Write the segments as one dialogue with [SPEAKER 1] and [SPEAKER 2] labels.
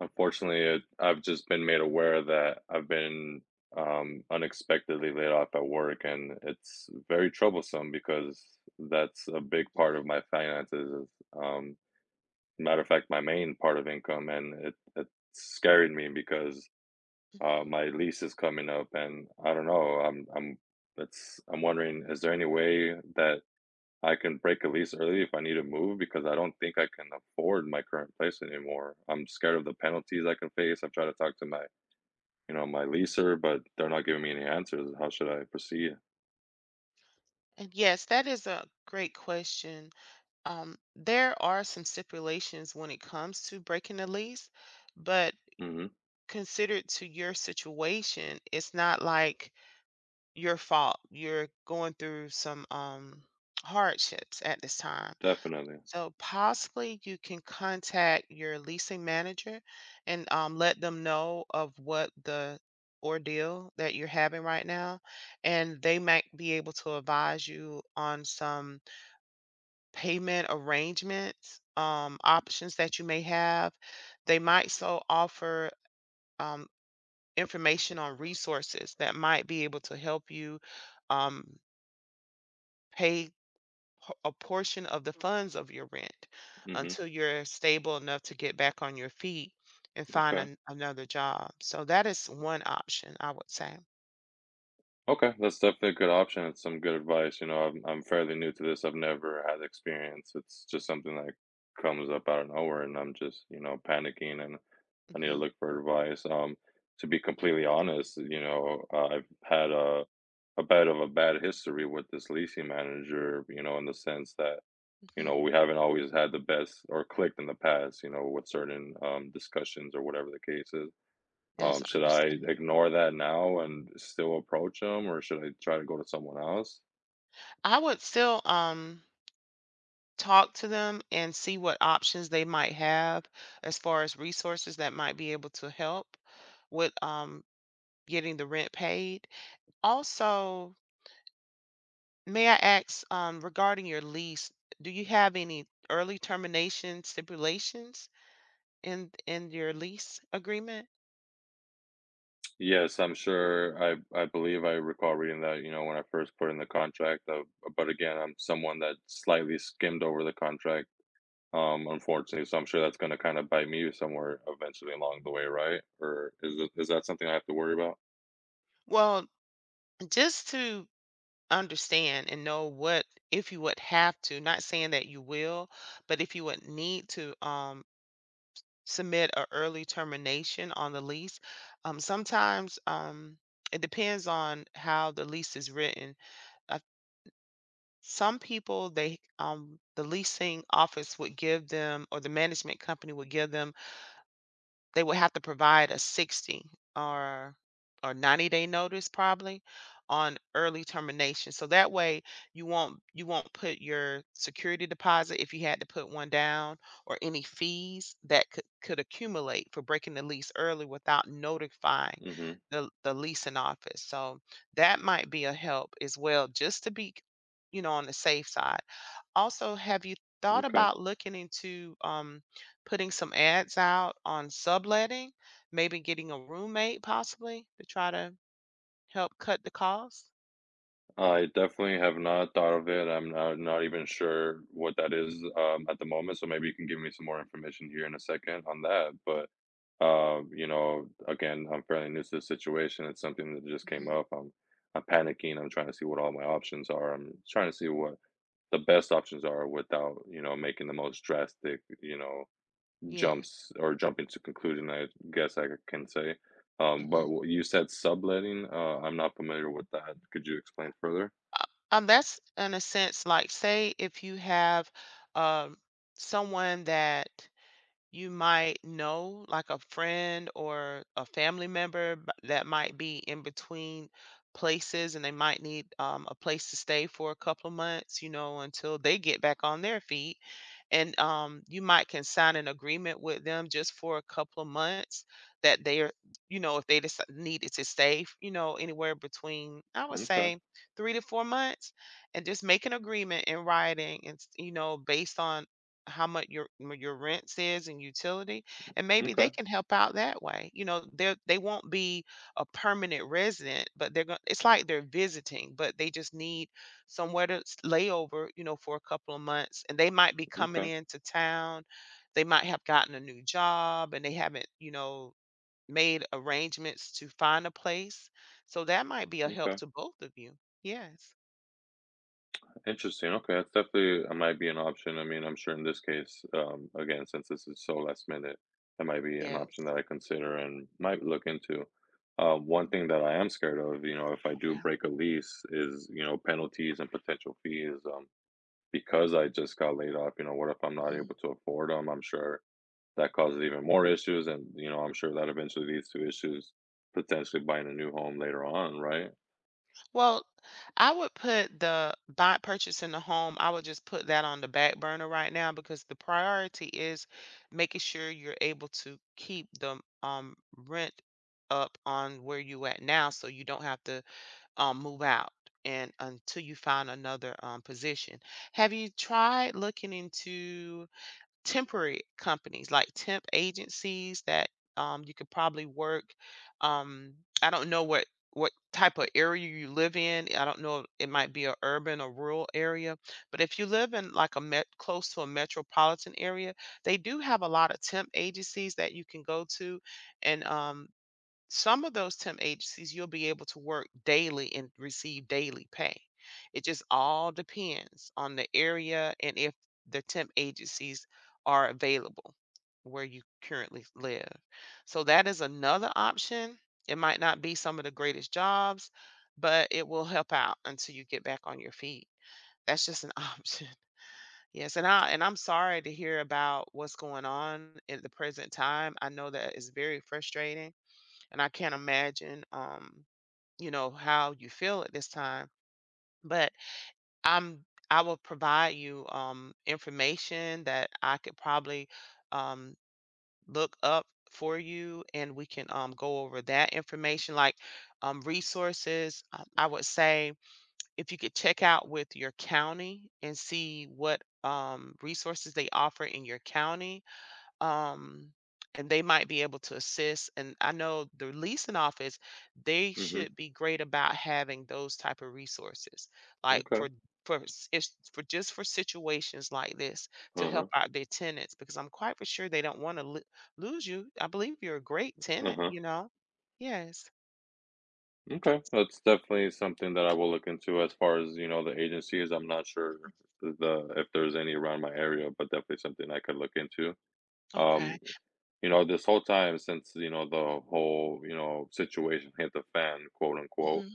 [SPEAKER 1] Unfortunately, it I've just been made aware that I've been, unexpectedly laid off at work, and it's very troublesome because that's a big part of my finances, is, um, matter of fact, my main part of income, and it scared me because,
[SPEAKER 2] Mhm.
[SPEAKER 1] my lease is coming up, and I don't know, I'm it's I'm wondering, is there any way that I can break a lease early if I need to move because I don't think I can afford my current place anymore. I'm scared of the penalties I can face. I've tried to talk to my leaser, but they're not giving me any answers. How should I proceed?
[SPEAKER 2] And yes, that is a great question. There are some stipulations when it comes to breaking the lease, but
[SPEAKER 1] Mm-hmm.
[SPEAKER 2] considered to your situation, it's not like your fault. You're going through some hardships at this time.
[SPEAKER 1] Definitely.
[SPEAKER 2] So possibly you can contact your leasing manager and let them know of what the ordeal that you're having right now, and they might be able to advise you on some payment arrangements, options that you may have. They might so offer um, information on resources that might be able to help you um, pay a portion of the funds of your rent
[SPEAKER 1] Mm-hmm.
[SPEAKER 2] until you're stable enough to get back on your feet and find
[SPEAKER 1] Okay.
[SPEAKER 2] another job. So that is one option, I would say.
[SPEAKER 1] Okay, that's definitely a good option. It's some good advice. You know, I'm fairly new to this. I've never had experience. It's just something that comes up out of nowhere, and I'm just, you know, panicking and I need to
[SPEAKER 2] Hmm.
[SPEAKER 1] look for advice. To be completely honest, you know, I've had a bit of a bad history with this leasing manager, you know, in the sense that, you
[SPEAKER 2] Hmm.
[SPEAKER 1] know, we haven't always had the best or clicked in the past, you know, with certain discussions or whatever the case is.
[SPEAKER 2] That's
[SPEAKER 1] Should I
[SPEAKER 2] understandable.
[SPEAKER 1] ignore that now and still approach them, or should I try to go to someone else?
[SPEAKER 2] I would still talk to them and see what options they might have as far as resources that might be able to help with getting the rent paid. Also, may I ask regarding your lease, do you have any early termination stipulations in your lease agreement?
[SPEAKER 1] Yes, I'm sure. I believe I recall reading that, you know, when I first put in the contract. But again, I'm someone that slightly skimmed over the contract unfortunately. So I'm sure that's gonna kinda bite me somewhere eventually along the way, right? Or is that something I have to worry about?
[SPEAKER 2] Well, just to understand and know what if you would have to, not saying that you will, but if you would need to submit a early termination on the lease. Sometimes it depends on how the lease is written. Uh, some people they the leasing office would give them or the management company would give them they would have to provide a 60 or or 90-day notice probably on early termination. So that way you won't put your security deposit if you had to put one down or any fees that could accumulate for breaking the lease early without notifying
[SPEAKER 1] Mhm,
[SPEAKER 2] the leasing office. So that might be a help as well just to be you know on the safe side. Also, have you thought
[SPEAKER 1] okay.
[SPEAKER 2] about looking into putting some ads out on subletting, maybe getting a roommate possibly to try to help cut the cost?
[SPEAKER 1] I definitely have not thought of it. I'm not even sure what that is, at the moment, so maybe you can give me some more information here in a second on that, but, you know, again, I'm fairly new to the situation. It's something that just came
[SPEAKER 2] Hmm.
[SPEAKER 1] up. I'm panicking. I'm trying to see what all my options are. I'm trying to see what the best options are without, you know, making the most drastic, you know,
[SPEAKER 2] Yes.
[SPEAKER 1] jumps or jumping to conclusion, I guess I can say.
[SPEAKER 2] hmm
[SPEAKER 1] But what you said subletting, I'm not familiar with that. Could you explain further?
[SPEAKER 2] That's in a sense like say if you have um, someone that you might know like a friend or a family member that might be in between places and they might need a place to stay for a couple of months, you know, until they get back on their feet, and you might can sign an agreement with them just for a couple of months that they're, you know, if they just needed to stay, you know, anywhere between, I would
[SPEAKER 1] Okay.
[SPEAKER 2] say, 3 to 4 months, and just make an agreement in writing and you know, based on how much your your rent is and utility, and maybe they
[SPEAKER 1] Okay.
[SPEAKER 2] can help out that way. You know, they won't be a permanent resident, but they're going, it's like they're visiting, but they just need somewhere to lay over, you know, for a couple of months, and they might be coming
[SPEAKER 1] Okay.
[SPEAKER 2] into town, they might have gotten a new job and they haven't, you know, made arrangements to find a place, so that might be a help
[SPEAKER 1] Okay.
[SPEAKER 2] to both of you. Yes.
[SPEAKER 1] Interesting. Okay. That's definitely that might be an option. I mean, I'm sure in this case, again, since this is so last minute, that might be an option
[SPEAKER 2] Yes.
[SPEAKER 1] that I consider and might look into. One
[SPEAKER 2] Mm,
[SPEAKER 1] thing that I am scared of, you know, if I do break a lease is, you know, penalties and potential fees. Because I just got laid off, you know, what if I'm not
[SPEAKER 2] okay.
[SPEAKER 1] able to afford them? I'm sure that causes even more issues. And, you know, I'm sure that eventually leads to issues potentially buying a new home later on, right?
[SPEAKER 2] Well, I would put the buy purchasing the home, I would just put that on the back burner right now because the priority is making sure you're able to keep the rent up on where you at now so you don't have to move out and until you find another position. Have you tried looking into temporary companies like temp agencies that you could probably work. Um, I don't know what type of area you live in. I don't know. It might be a urban or rural area, but if you live in like a met close to a metropolitan area, they do have a lot of temp agencies that you can go to, and some of those temp agencies you'll be able to work daily and receive daily pay. It just all depends on the area and if the temp agencies are available where you currently live. So that is another option. It might not be some of the greatest jobs, but it will help out until you get back on your feet. That's just an option. Yes, and I'm sorry to hear about what's going on at the present time. I know that is very frustrating and I can't imagine, you know, how you feel at this time. But I'm I will provide you information that I could probably um, look up for you, and we can go over that information, like resources. I would say if you could check out with your county and see what resources they offer in your county, um and they might be able to assist. And I know the leasing office, they
[SPEAKER 1] Mm-hmm.
[SPEAKER 2] should be great about having those type of resources, like
[SPEAKER 1] Okay.
[SPEAKER 2] for it's for just for situations like this, to help
[SPEAKER 1] Uh-huh.
[SPEAKER 2] out their tenants because I'm quite for sure they don't want to lose you. I believe you're a great tenant,
[SPEAKER 1] Uh-huh.
[SPEAKER 2] you know. Yes.
[SPEAKER 1] Okay. That's definitely something that I will look into as far as, you know, the agencies. I'm not sure the if there's any around my area, but definitely something I could look into.
[SPEAKER 2] Okay.
[SPEAKER 1] Um, you know, this whole time since, you know, the whole, you know, situation hit the fan, quote unquote.
[SPEAKER 2] Hmm.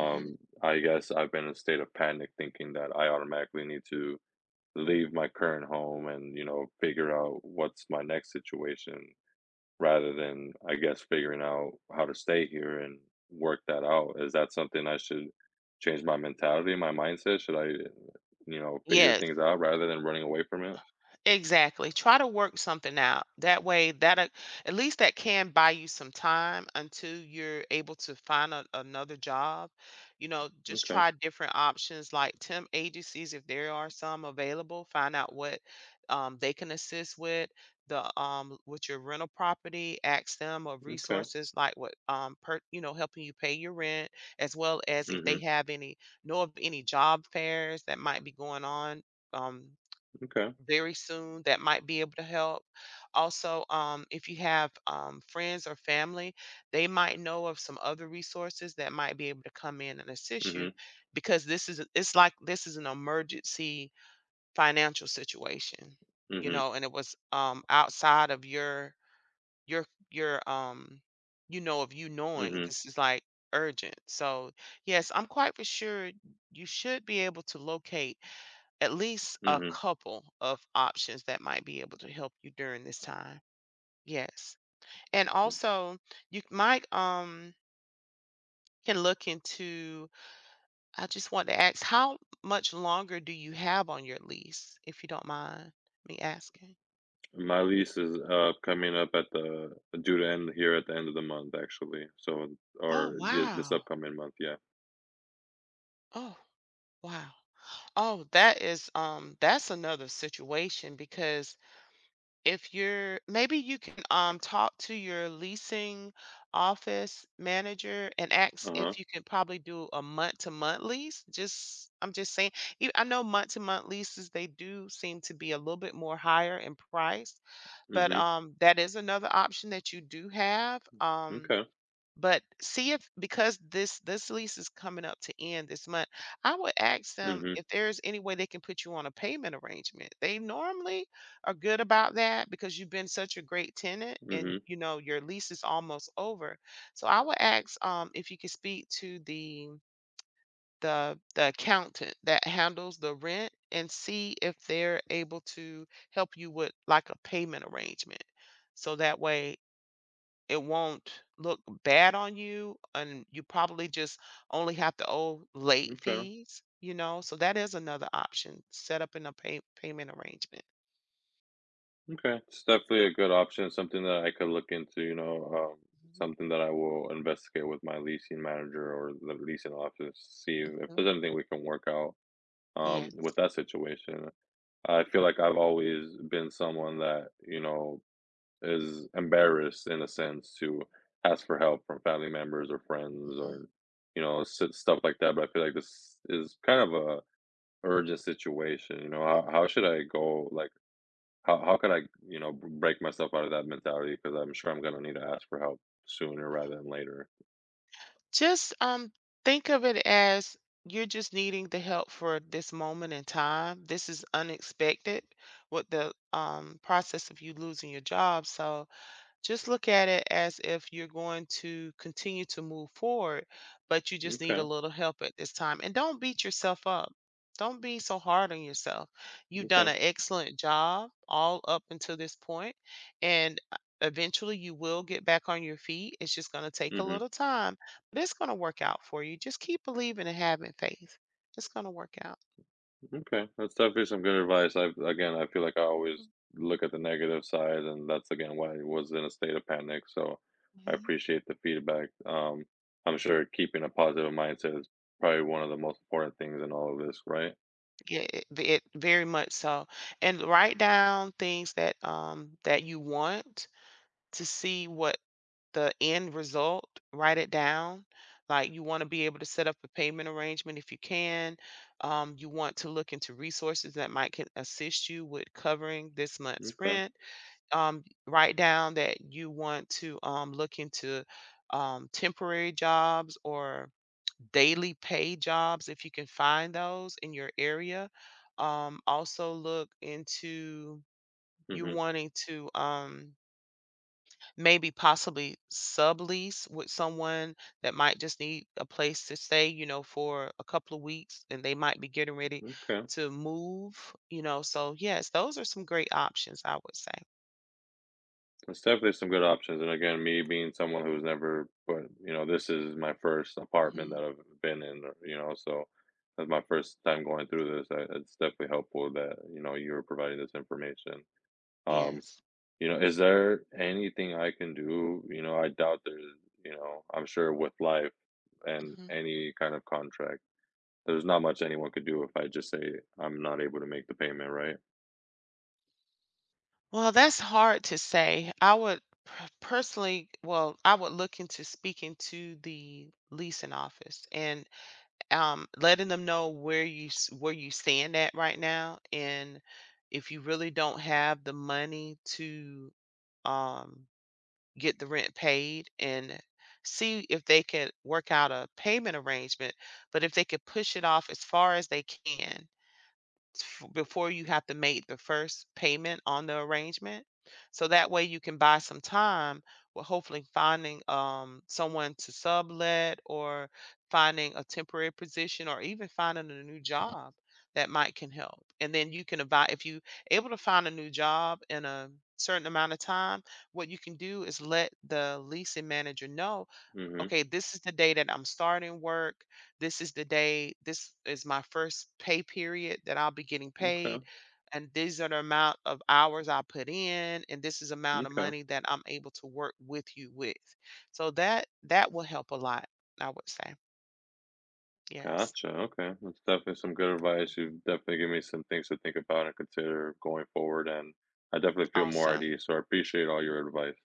[SPEAKER 2] Hmm.
[SPEAKER 1] I guess I've been in a state of panic thinking that I automatically need to leave my current home and, you know, figure out what's my next situation rather than, I guess, figuring out how to stay here and work that out. Is that something I should change my mentality, my mindset? Should I, you know, figure
[SPEAKER 2] Yes.
[SPEAKER 1] things out rather than running away from it?
[SPEAKER 2] Exactly. Try to work something out. That way, that at least that can buy you some time until you're able to find another job. You know, just
[SPEAKER 1] Okay.
[SPEAKER 2] try different options like temp agencies if there are some available. Find out what they can assist with the with your rental property. Ask them of
[SPEAKER 1] Okay.
[SPEAKER 2] resources like what per you know helping you pay your rent, as well as if they
[SPEAKER 1] Mhm.
[SPEAKER 2] have any know of any job fairs that might be going on. Um,
[SPEAKER 1] Okay.
[SPEAKER 2] Very soon that might be able to help. Also, if you have friends or family, they might know of some other resources that might be able to come in and assist you
[SPEAKER 1] Mhm.
[SPEAKER 2] because this is, it's like this is an emergency financial situation, you
[SPEAKER 1] Mhm.
[SPEAKER 2] know, and it was outside of your your your you know of you knowing
[SPEAKER 1] Mhm.
[SPEAKER 2] this is like urgent. So yes, I'm quite for sure you should be able to locate at least a
[SPEAKER 1] Mhm.
[SPEAKER 2] couple of options that might be able to help you during this time. Yes. And also you might can look into, I just want to ask how much longer do you have on your lease, if you don't mind me asking?
[SPEAKER 1] My lease is, coming up at the due to end here at the end of the month, actually. So
[SPEAKER 2] Oh
[SPEAKER 1] or yes, this
[SPEAKER 2] wow.
[SPEAKER 1] upcoming month, yeah.
[SPEAKER 2] Oh wow. Oh, that is that's another situation because if you're, maybe you can talk to your leasing office manager and ask
[SPEAKER 1] Uh-huh.
[SPEAKER 2] if you can probably do a month to month lease, just I'm just saying. I know month to month leases, they do seem to be a little bit more higher in price, but
[SPEAKER 1] Mhm.
[SPEAKER 2] that is another option that you do have.
[SPEAKER 1] M'kay.
[SPEAKER 2] But see if, because this lease is coming up to end this month, I would ask them
[SPEAKER 1] Mhm.
[SPEAKER 2] if there's any way they can put you on a payment arrangement. They normally are good about that because you've been such a great tenant and
[SPEAKER 1] Mhm.
[SPEAKER 2] you know your lease is almost over. So I would ask if you could speak to the accountant that handles the rent and see if they're able to help you with like a payment arrangement. So that way it won't look bad on you, and you probably just only have to owe late
[SPEAKER 1] Okay.
[SPEAKER 2] fees, you know? So that is another option, set up in a payment arrangement.
[SPEAKER 1] Okay, it's definitely a good option, something that I could look into, you know,
[SPEAKER 2] Mhm.
[SPEAKER 1] something that I will investigate with my leasing manager or the leasing office, see if
[SPEAKER 2] Mhm.
[SPEAKER 1] there's anything we can work out,
[SPEAKER 2] Yes.
[SPEAKER 1] with that situation. I feel like I've always been someone that, you know, is embarrassed in a sense to ask for help from family members or friends
[SPEAKER 2] Mhm.
[SPEAKER 1] or you know stuff like that, but I feel like this is kind of a urgent situation, you know, how should I go, like, how could I, you know, break myself out of that mentality because I'm sure I'm gonna need to ask for help sooner rather than later.
[SPEAKER 2] Just, think of it as you're just needing the help for this moment in time. This is unexpected with the, process of you losing your job, so just look at it as if you're going to continue to move forward, but you just need a
[SPEAKER 1] Okay.
[SPEAKER 2] little help at this time. And don't beat yourself up. Don't be so hard on yourself. You've done
[SPEAKER 1] Okay.
[SPEAKER 2] an excellent job all up until this point, and eventually you will get back on your feet. It's just going to take a
[SPEAKER 1] Hmm.
[SPEAKER 2] little time, but it's going to work out for you. Just keep believing and having faith. It's going to work out.
[SPEAKER 1] Okay, that's definitely some good advice. I again, I feel like I always look at the negative side, and that's again why I was in a state of panic. So I
[SPEAKER 2] Hmm.
[SPEAKER 1] appreciate the feedback. I'm sure keeping a positive mindset is probably one of the most important things in all of this, right?
[SPEAKER 2] Yeah, it very much so. And write down things that that you want, to see what the end result, write it down. Like you want to be able to set up a payment arrangement if you can. You want to look into resources that might can assist you with covering this month's
[SPEAKER 1] Okay.
[SPEAKER 2] rent. Write down that you want to look into temporary jobs or daily pay jobs if you can find those in your area. Also look into you
[SPEAKER 1] Hmm.
[SPEAKER 2] wanting to maybe possibly sublease with someone that might just need a place to stay, you know, for a couple of weeks and they might be getting ready
[SPEAKER 1] Okay.
[SPEAKER 2] to move, you know. So, yes, those are some great options, I would say.
[SPEAKER 1] That's definitely some good options. And again, me being someone who's never, but you know, this is my first apartment
[SPEAKER 2] Hmm.
[SPEAKER 1] that I've been in, or, you know, so that's my first time going through this. I, it's definitely helpful that, you know, you were providing this information. Um,
[SPEAKER 2] Yes.
[SPEAKER 1] You know, is there anything I can do? You know, I doubt there's, you know, I'm sure with life and
[SPEAKER 2] Hmm.
[SPEAKER 1] any kind of contract, there's not much anyone could do if I just say I'm not able to make the payment, right?
[SPEAKER 2] Well, that's hard to say. I would personally, well, I would look into speaking to the leasing office and letting them know where you where you stand at right now, and if you really don't have the money to um, get the rent paid, and see if they could work out a payment arrangement. But if they could push it off as far as they can, before you have to make the first payment on the arrangement. So that way you can buy some time with hopefully finding someone to sublet or finding a temporary position or even finding a new job that might can help. And then you can advise if you able to find a new job in a certain amount of time, what you can do is let the leasing manager know,
[SPEAKER 1] Mm-hmm.
[SPEAKER 2] okay, this is the day that I'm starting work. This is the day, this is my first pay period that I'll be getting
[SPEAKER 1] Okay.
[SPEAKER 2] paid. And these are the amount of hours I put in, and this is amount of
[SPEAKER 1] Okay.
[SPEAKER 2] money that I'm able to work with you with. So that that will help a lot, I would say. Yes.
[SPEAKER 1] Gotcha. Okay. That's definitely some good advice.
[SPEAKER 2] Mhm.
[SPEAKER 1] You've definitely given me some things to think about and consider going forward. And I definitely feel more at
[SPEAKER 2] Awesome.
[SPEAKER 1] ease. So I appreciate all your advice.